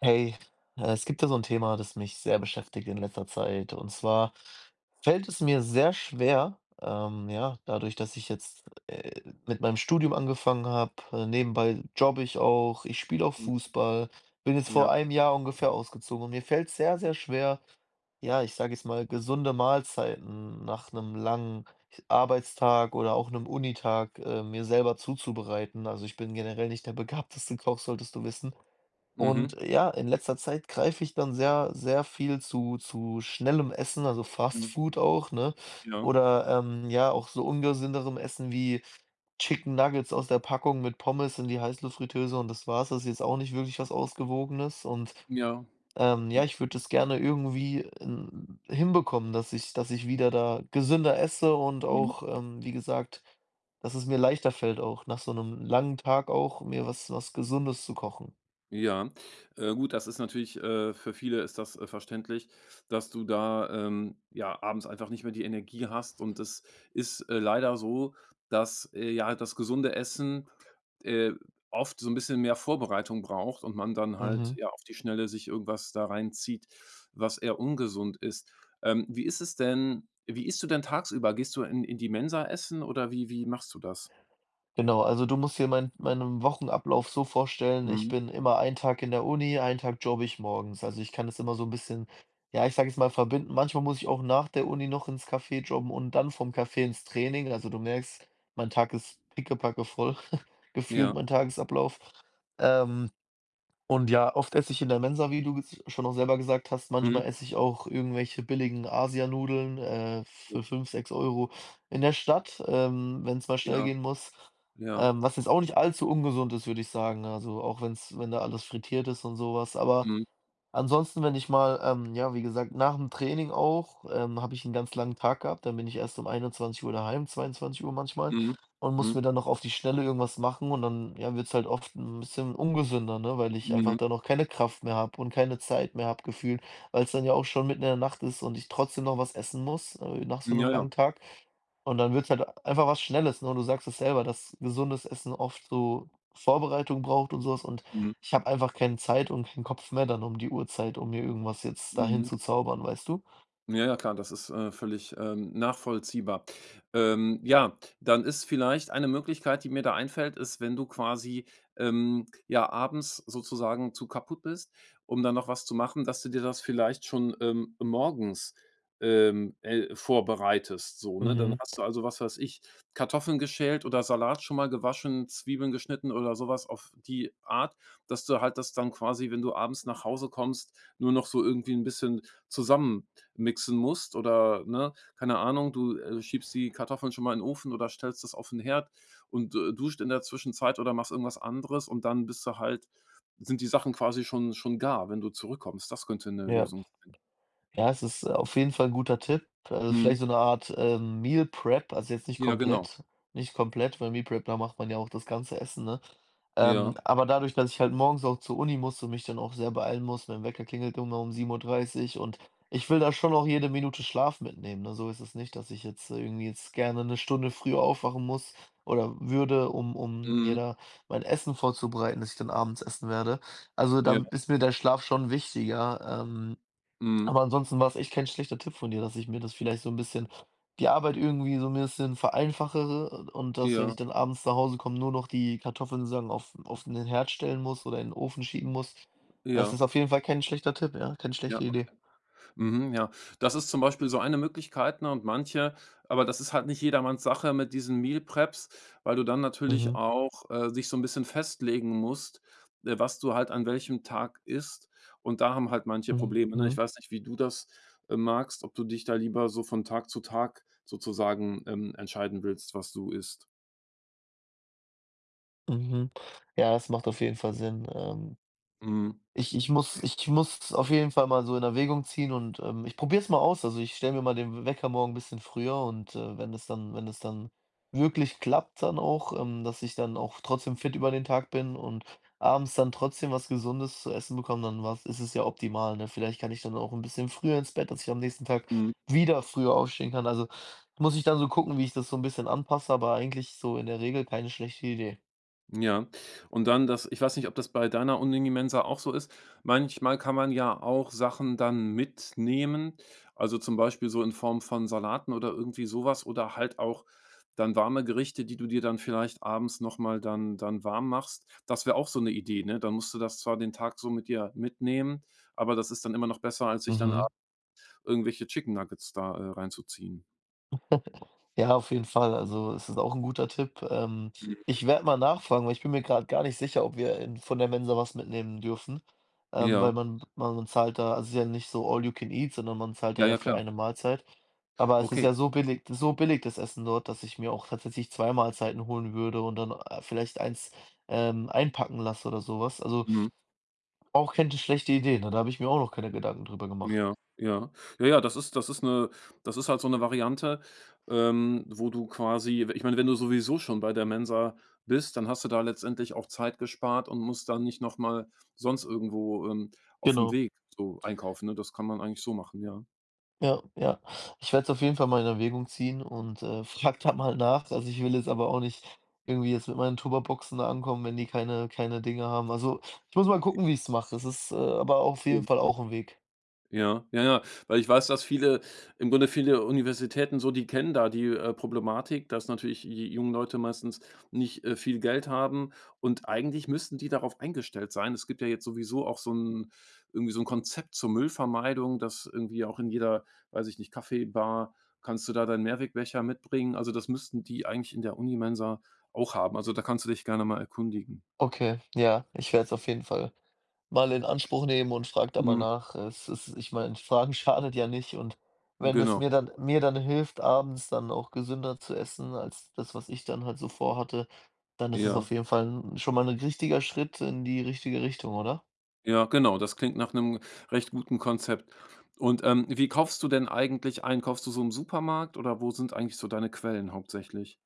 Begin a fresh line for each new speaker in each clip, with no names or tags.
Hey, es gibt ja so ein Thema, das mich sehr beschäftigt in letzter Zeit. Und zwar fällt es mir sehr schwer, ja, dadurch, dass ich jetzt, mit meinem Studium angefangen habe, nebenbei jobbe ich auch, ich spiele auch
Hm,
Fußball, bin jetzt
ja.
vor einem Jahr ungefähr ausgezogen und mir fällt's sehr, sehr schwer, ja, ich sage jetzt mal, gesunde Mahlzeiten nach einem langen Arbeitstag oder auch einem Unitag, mir selber zuzubereiten. Also, ich bin generell nicht der begabteste Koch, solltest du wissen.
Mhm.
Und ja, in letzter Zeit greife ich dann sehr, sehr viel zu schnellem Essen, also Fast
Mhm.
Food auch, ne?
Ja.
Oder ja, auch so ungesünderem Essen wie Chicken Nuggets aus der Packung mit Pommes in die Heißluftfritteuse und das war's. Das ist jetzt auch nicht wirklich was Ausgewogenes. Und
Ja. Mhm.
ja, ich würde das gerne irgendwie hinbekommen, dass ich wieder da gesünder esse und
Mhm.
auch, wie gesagt, dass es mir leichter fällt, auch nach so einem langen Tag auch mir was, was Gesundes zu kochen.
Ja. Gut, das ist natürlich, für viele ist das, verständlich, dass du da, ja, abends einfach nicht mehr die Energie hast und es ist, leider so, dass, ja, das gesunde Essen, äh, oft so ein bisschen mehr Vorbereitung braucht und man dann halt,
Mhm.
ja, auf die Schnelle sich irgendwas da reinzieht, was eher ungesund ist. Wie ist es denn wie isst du denn tagsüber? Gehst du in die Mensa essen oder wie machst du das?
Genau, also du musst dir meinen Wochenablauf so vorstellen, ich
Mhm.
bin immer einen Tag in der Uni, einen Tag jobbe ich morgens. Also ich kann das immer so ein bisschen, ja, ich sage jetzt mal, verbinden. Manchmal muss ich auch nach der Uni noch ins Café jobben und dann vom Café ins Training. Also du merkst, mein Tag ist pickepacke voll, gefühlt
Ja.
mein Tagesablauf. Ähm und ja, oft esse ich in der Mensa, wie du ges schon auch selber gesagt hast. Manchmal
Mhm.
esse ich auch irgendwelche billigen Asianudeln, für 5-6 Euro in der Stadt, wenn es mal schnell
Ja,
gehen muss.
ja.
Was jetzt auch nicht allzu ungesund ist, würde ich sagen. Also, auch wenn da alles frittiert ist und sowas. Aber
Mhm.
ansonsten, wenn ich mal, ja, wie gesagt, nach dem Training auch, habe ich einen ganz langen Tag gehabt, dann bin ich erst um 21 Uhr daheim, 22 Uhr manchmal,
Mhm.
und muss
Mhm.
mir dann noch auf die Schnelle irgendwas machen, und dann, ja, wird's halt oft ein bisschen ungesünder, ne, weil ich einfach
Mhm.
dann noch keine Kraft mehr habe und keine Zeit mehr habe gefühlt, weil es dann ja auch schon mitten in der Nacht ist und ich trotzdem noch was essen muss, nach so einem
Ja, ja.
langen Tag. Und dann wird's halt einfach was Schnelles, ne? Und du sagst es selber, dass gesundes Essen oft so Vorbereitung braucht und so was, und
Mhm.
ich habe einfach keine Zeit und keinen Kopf mehr dann um die Uhrzeit, um mir irgendwas jetzt dahin
Mhm.
zu zaubern, weißt du?
Ja, ja, klar, das ist, völlig, nachvollziehbar. Ja, dann ist vielleicht eine Möglichkeit, die mir da einfällt, ist, wenn du quasi, ja, abends sozusagen zu kaputt bist, um dann noch was zu machen, dass du dir das vielleicht schon, morgens, vorbereitest, so, ne? Dann
Mhm,
hast du also, was weiß ich, Kartoffeln geschält oder Salat schon mal gewaschen, Zwiebeln geschnitten oder sowas auf die Art, dass du halt das dann quasi, wenn du abends nach Hause kommst, nur noch so irgendwie ein bisschen zusammen mixen musst oder, ne, keine Ahnung, du, schiebst die Kartoffeln schon mal in den Ofen oder stellst das auf den Herd und, duscht in der Zwischenzeit oder machst irgendwas anderes und dann bist du halt sind die Sachen quasi schon gar, wenn du zurückkommst. Das könnte eine
ja.
Lösung sein.
Ja, es ist auf jeden Fall ein guter Tipp. Also,
Mhm.
vielleicht so eine Art, Meal Prep, also, jetzt nicht
Ja, genau.
komplett nicht komplett, weil Meal Prep, da macht man ja auch das ganze Essen, ne? Ähm,
Ja.
aber dadurch, dass ich halt morgens auch zur Uni muss und mich dann auch sehr beeilen muss, mein Wecker klingelt immer um 7:30 Uhr und ich will da schon auch jede Minute Schlaf mitnehmen, ne? So ist es nicht, dass ich jetzt, irgendwie jetzt gerne eine Stunde früher aufwachen muss oder würde, um mir
Mhm.
da mein Essen vorzubereiten, das ich dann abends essen werde. Also,
Ja.
da ist mir der Schlaf schon wichtiger,
Mhm.
aber ansonsten war es echt kein schlechter Tipp von dir, dass ich mir das vielleicht so ein bisschen die Arbeit irgendwie so ein bisschen vereinfache und dass, wenn
Ja.
ich dann abends nach Hause komme, nur noch die Kartoffeln sozusagen auf den Herd stellen muss oder in den Ofen schieben muss. Das
Ja.
ist auf jeden Fall kein schlechter Tipp, ja, keine
Ja,
schlechte Idee.
okay. Mhm, ja. Das ist zum Beispiel so eine Möglichkeit, ne, und manche aber das ist halt nicht jedermanns Sache mit diesen Meal Preps, weil du dann natürlich
Mhm,
auch, dich so ein bisschen festlegen musst, was du halt an welchem Tag isst. Und da haben halt manche Probleme, ne? Ich
mhm,
weiß nicht, wie du das, magst, ob du dich da lieber so von Tag zu Tag sozusagen, entscheiden willst, was du isst.
mhm. Ja, das macht auf jeden Fall Sinn. ähm
Mhm,
Ich ich muss ich muss auf jeden Fall mal so in Erwägung ziehen und, ich probiere es mal aus. Also, ich stelle mir mal den Wecker morgen ein bisschen früher und, wenn es dann wirklich klappt dann auch, dass ich dann auch trotzdem fit über den Tag bin und abends dann trotzdem was Gesundes zu essen bekomme, dann war's ist es ja optimal, ne? Vielleicht kann ich dann auch ein bisschen früher ins Bett, dass ich am nächsten Tag
mhm.
wieder früher aufstehen kann. Also, muss ich dann so gucken, wie ich das so ein bisschen anpasse, aber eigentlich so in der Regel keine schlechte Idee.
Ja, und dann das ich weiß nicht, ob das bei deiner Uni-Mensa auch so ist. Manchmal kann man ja auch Sachen dann mitnehmen, also zum Beispiel so in Form von Salaten oder irgendwie sowas oder halt auch dann warme Gerichte, die du dir dann vielleicht abends noch mal dann warm machst. Das wäre auch so eine Idee, ne? Dann musst du das zwar den Tag so mit dir mitnehmen, aber das ist dann immer noch besser, als sich dann
Mhm.
irgendwelche Chicken Nuggets da, reinzuziehen.
Ja, auf jeden Fall. Also, es ist auch ein guter Tipp. Ich werde mal nachfragen, weil ich bin mir gerade gar nicht sicher, ob wir in von der Mensa was mitnehmen dürfen, weil
Ja.
man zahlt da, also, es ist ja nicht so all you can eat, sondern man zahlt da
Ja,
ja
ja,
für
klar.
eine Mahlzeit. Aber es ist
Okay.
ja so billig, so billig das Essen dort, dass ich mir auch tatsächlich 2 Mahlzeiten holen würde und dann, vielleicht eins, einpacken lasse oder sowas. Also,
Mhm.
auch keine schlechte Idee, ne? Da habe ich mir auch noch keine Gedanken drüber gemacht.
Ja, ja. Ja, ja, das ist eine, das ist halt so eine Variante, wo du quasi ich meine, wenn du sowieso schon bei der Mensa bist, dann hast du da letztendlich auch Zeit gespart und musst dann nicht noch mal sonst irgendwo, auf dem
Genau.
Weg so einkaufen, ne? Das kann man eigentlich so machen, ja.
Ja, ja. Ich werde es auf jeden Fall mal in Erwägung ziehen und, frage da mal nach. Also, ich will jetzt aber auch nicht irgendwie jetzt mit meinen Tupperboxen da ankommen, wenn die keine Dinge haben. Also, ich muss mal gucken, wie ich's mache. Es ist, aber auf jeden Fall auch ein Weg.
Ja, ja, ja. Weil ich weiß, dass viele im Grunde viele Universitäten so, die kennen da die, Problematik, dass natürlich die jungen Leute meistens nicht, viel Geld haben und eigentlich müssten die darauf eingestellt sein. Es gibt ja jetzt sowieso auch so ein irgendwie so ein Konzept zur Müllvermeidung, dass irgendwie auch in jeder, weiß ich nicht, Kaffeebar kannst du da deinen Mehrwegbecher mitbringen. Also, das müssten die eigentlich in der Unimensa auch haben. Also, da kannst du dich gerne mal erkundigen.
Okay, ja, ich werde es auf jeden Fall mal in Anspruch nehmen und frage da mal
Mhm,
nach. Es ist ich meine, fragen schadet ja nicht, und wenn es
genau,
mir dann hilft, abends dann auch gesünder zu essen als das, was ich dann halt so vorhatte, dann ist es
ja.
auf jeden Fall schon mal ein richtiger Schritt in die richtige Richtung, oder?
Ja, genau, das klingt nach einem recht guten Konzept. Und, wie kaufst du denn eigentlich ein? Kaufst du so im Supermarkt oder wo sind eigentlich so deine Quellen hauptsächlich?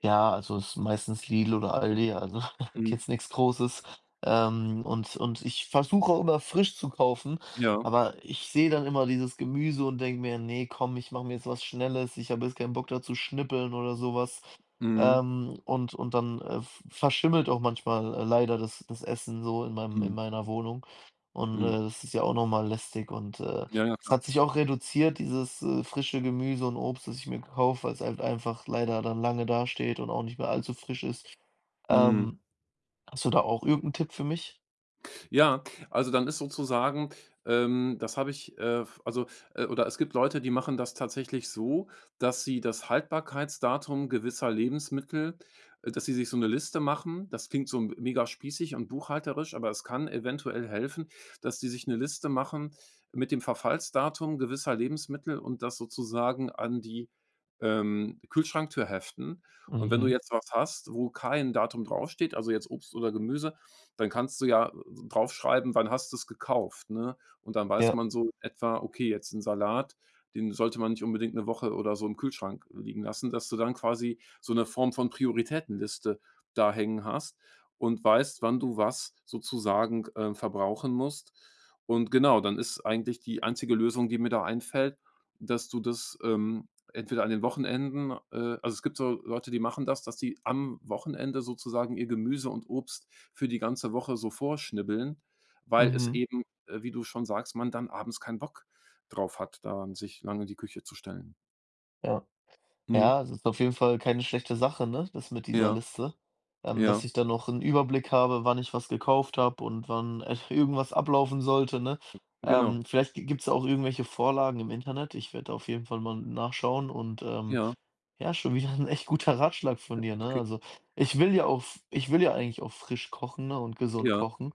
Ja, also es ist meistens Lidl oder Aldi, also
Mhm.
jetzt nichts Großes. Und ich versuche auch immer frisch zu kaufen,
Ja.
aber ich sehe dann immer dieses Gemüse und denke mir: Nee, komm, ich mache mir jetzt was Schnelles. Ich habe jetzt keinen Bock dazu schnippeln oder sowas.
Mhm.
Und dann, v verschimmelt auch manchmal, leider das Essen so in meinem in
Mhm.
meiner Wohnung, und,
Mhm.
das ist ja auch noch mal lästig, und,
Ja, ja,
es
klar.
hat sich auch reduziert, dieses, frische Gemüse und Obst, das ich mir kaufe, weil es halt einfach leider dann lange dasteht und auch nicht mehr allzu frisch ist.
Mhm.
Ähm, hast du da auch irgendeinen Tipp für mich?
Ja, also dann ist sozusagen das habe ich, f also oder es gibt Leute, die machen das tatsächlich so, dass sie das Haltbarkeitsdatum gewisser Lebensmittel dass sie sich so eine Liste machen. Das klingt so m mega spießig und buchhalterisch, aber es kann eventuell helfen, dass die sich eine Liste machen mit dem Verfallsdatum gewisser Lebensmittel und das sozusagen an die, Kühlschranktür heften. Und wenn du
Mhm.
jetzt was hast, wo kein Datum draufsteht, also jetzt Obst oder Gemüse, dann kannst du ja draufschreiben, wann hast du es gekauft, ne? Und dann weiß
Ja.
man so etwa, okay, jetzt ein Salat, den sollte man nicht unbedingt eine Woche oder so im Kühlschrank liegen lassen, dass du dann quasi so eine Form von Prioritätenliste da hängen hast und weißt, wann du was sozusagen, verbrauchen musst. Und genau, dann ist eigentlich die einzige Lösung, die mir da einfällt, dass du das, entweder an den Wochenenden also, es gibt so Leute, die machen das, dass die am Wochenende sozusagen ihr Gemüse und Obst für die ganze Woche so vorschnibbeln, weil es
Mhm.
eben, wie du schon sagst, man dann abends keinen Bock drauf hat, dann sich lange in die Küche zu stellen.
Ja.
Mhm.
Ja, es ist auf jeden Fall keine schlechte Sache, ne, das mit dieser
Ja,
Liste, dass
ja,
ich da noch einen Überblick habe, wann ich was gekauft habe und wann, irgendwas ablaufen sollte, ne?
genau.
Vielleicht gi gibt's auch irgendwelche Vorlagen im Internet. Ich werde auf jeden Fall mal nachschauen und,
Ja,
ja, schon wieder ein echt guter Ratschlag von dir, ne?
okay.
Also, ich will ja eigentlich auch frisch kochen, ne, und gesund
Ja,
kochen.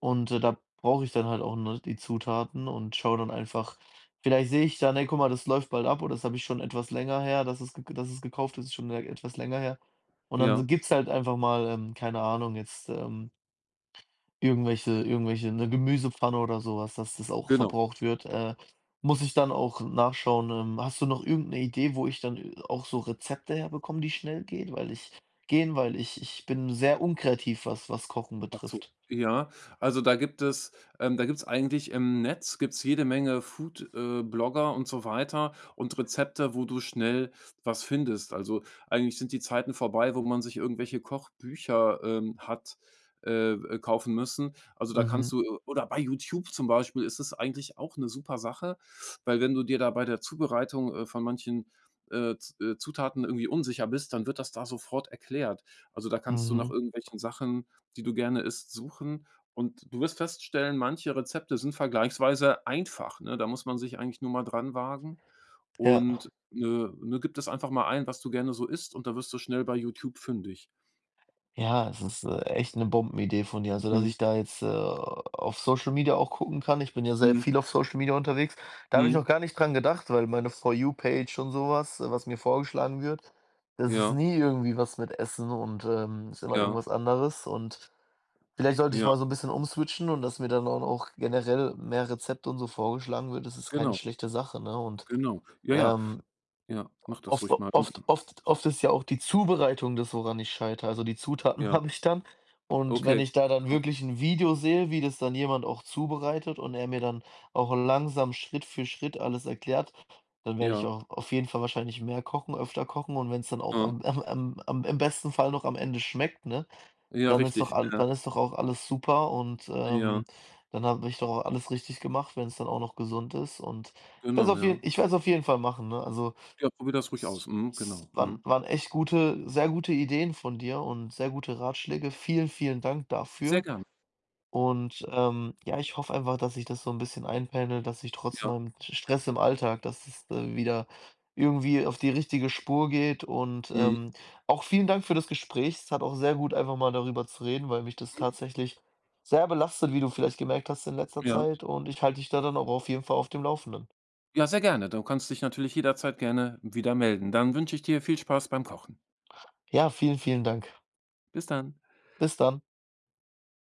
Und, da brauche ich dann halt auch nur die Zutaten und schaue dann einfach, vielleicht sehe ich dann: „Ey, guck mal, das läuft bald ab" oder das habe ich schon etwas länger her, dass es gekauft ist, ist schon e etwas länger her. Und dann
ja,
s gibt's halt einfach mal, keine Ahnung, jetzt, irgendwelche eine Gemüsepfanne oder so was, dass das auch
genau.
verbraucht wird. Muss ich dann auch nachschauen, hast du noch irgendeine Idee, wo ich dann, auch so Rezepte herbekomme, die schnell geht? Weil ich bin sehr unkreativ, was Kochen
Ach so,
betrifft.
ja. Also, da gibt es da gibt's eigentlich im Netz gibt's jede Menge Food Blogger und so weiter und Rezepte, wo du schnell was findest. Also, eigentlich sind die Zeiten vorbei, wo man sich irgendwelche Kochbücher, hat, kaufen müssen. Also, da kannst
Mhm,
du oder bei YouTube zum Beispiel ist es eigentlich auch eine super Sache, weil wenn du dir da bei der Zubereitung, von manchen, Z Zutaten irgendwie unsicher bist, dann wird das da sofort erklärt. Also, da kannst du nach
mhm.
irgendwelchen Sachen die du gerne isst, suchen und du wirst feststellen, manche Rezepte sind vergleichsweise einfach, ne? Da muss man sich eigentlich nur mal dran wagen
Ja,
und, ne, gib das einfach mal ein, was du gerne so isst und da wirst du schnell bei YouTube fündig.
ja, es ist, echt eine Bombenidee von dir. Also, dass
Mhm,
ich da jetzt, auf Social Media auch gucken kann. Ich bin ja sehr
mhm,
viel auf Social Media unterwegs. Da habe ich
mhm.
noch gar nicht dran gedacht, weil meine For You Page und sowas, was mir vorgeschlagen wird, das ist
Ja,
nie irgendwie was mit Essen und, ist immer
ja,
irgendwas anderes. Und vielleicht sollte ich
ja,
mal so ein bisschen umswitchen und dass mir dann auch generell mehr Rezepte und so vorgeschlagen wird. Das ist keine
genau,
schlechte Sache, ne? Und,
genau. Ja, ja,
ähm
ja, mach das
Oft
ruhig mal und
oft oft oft ist ja auch die Zubereitung das, woran ich scheitere. Also, die Zutaten
ja,
habe ich dann, und wenn
okay.
ich da dann wirklich 'n Video sehe, wie das dann jemand auch zubereitet und er mir dann auch langsam Schritt für Schritt alles erklärt, dann werde
Ja,
ich auch auf jeden Fall wahrscheinlich mehr kochen, öfter kochen, und wenn's dann auch
ja,
am am am am im besten Fall noch am Ende schmeckt, ne,
ja,
dann ist doch
richtig.
al
Ja,
dann ist doch auch alles super, und,
ja,
dann habe ich doch auch alles richtig gemacht, wenn's dann auch noch gesund ist, und
genau, ja.
ich werde es auf jeden Fall machen, ne? Also,
Ja, probier das ruhig aus.
es
Mhm,
es
genau,
waren
mhm.
waren echt gute, sehr gute Ideen von dir und sehr gute Ratschläge. Vielen, vielen Dank
Sehr
dafür.
gern,
Und, ja, ich hoffe einfach, dass ich das so ein bisschen einpendelt, dass ich trotz
ja,
meinem Stress im Alltag, dass es, wieder irgendwie auf die richtige Spur geht. Und,
mhm,
auch vielen Dank für das Gespräch. Es hat auch sehr gut, einfach mal darüber zu reden, weil mich das tatsächlich sehr belastet, wie du vielleicht gemerkt hast in letzter
ja.
Zeit. Und ich halte dich da dann auch auf jeden Fall auf dem Laufenden.
Ja, sehr gerne. Du kannst dich natürlich jederzeit gerne wieder melden. Dann wünsche ich dir viel Spaß beim Kochen.
Ja, vielen, vielen Dank.
Bis dann.
Bis dann.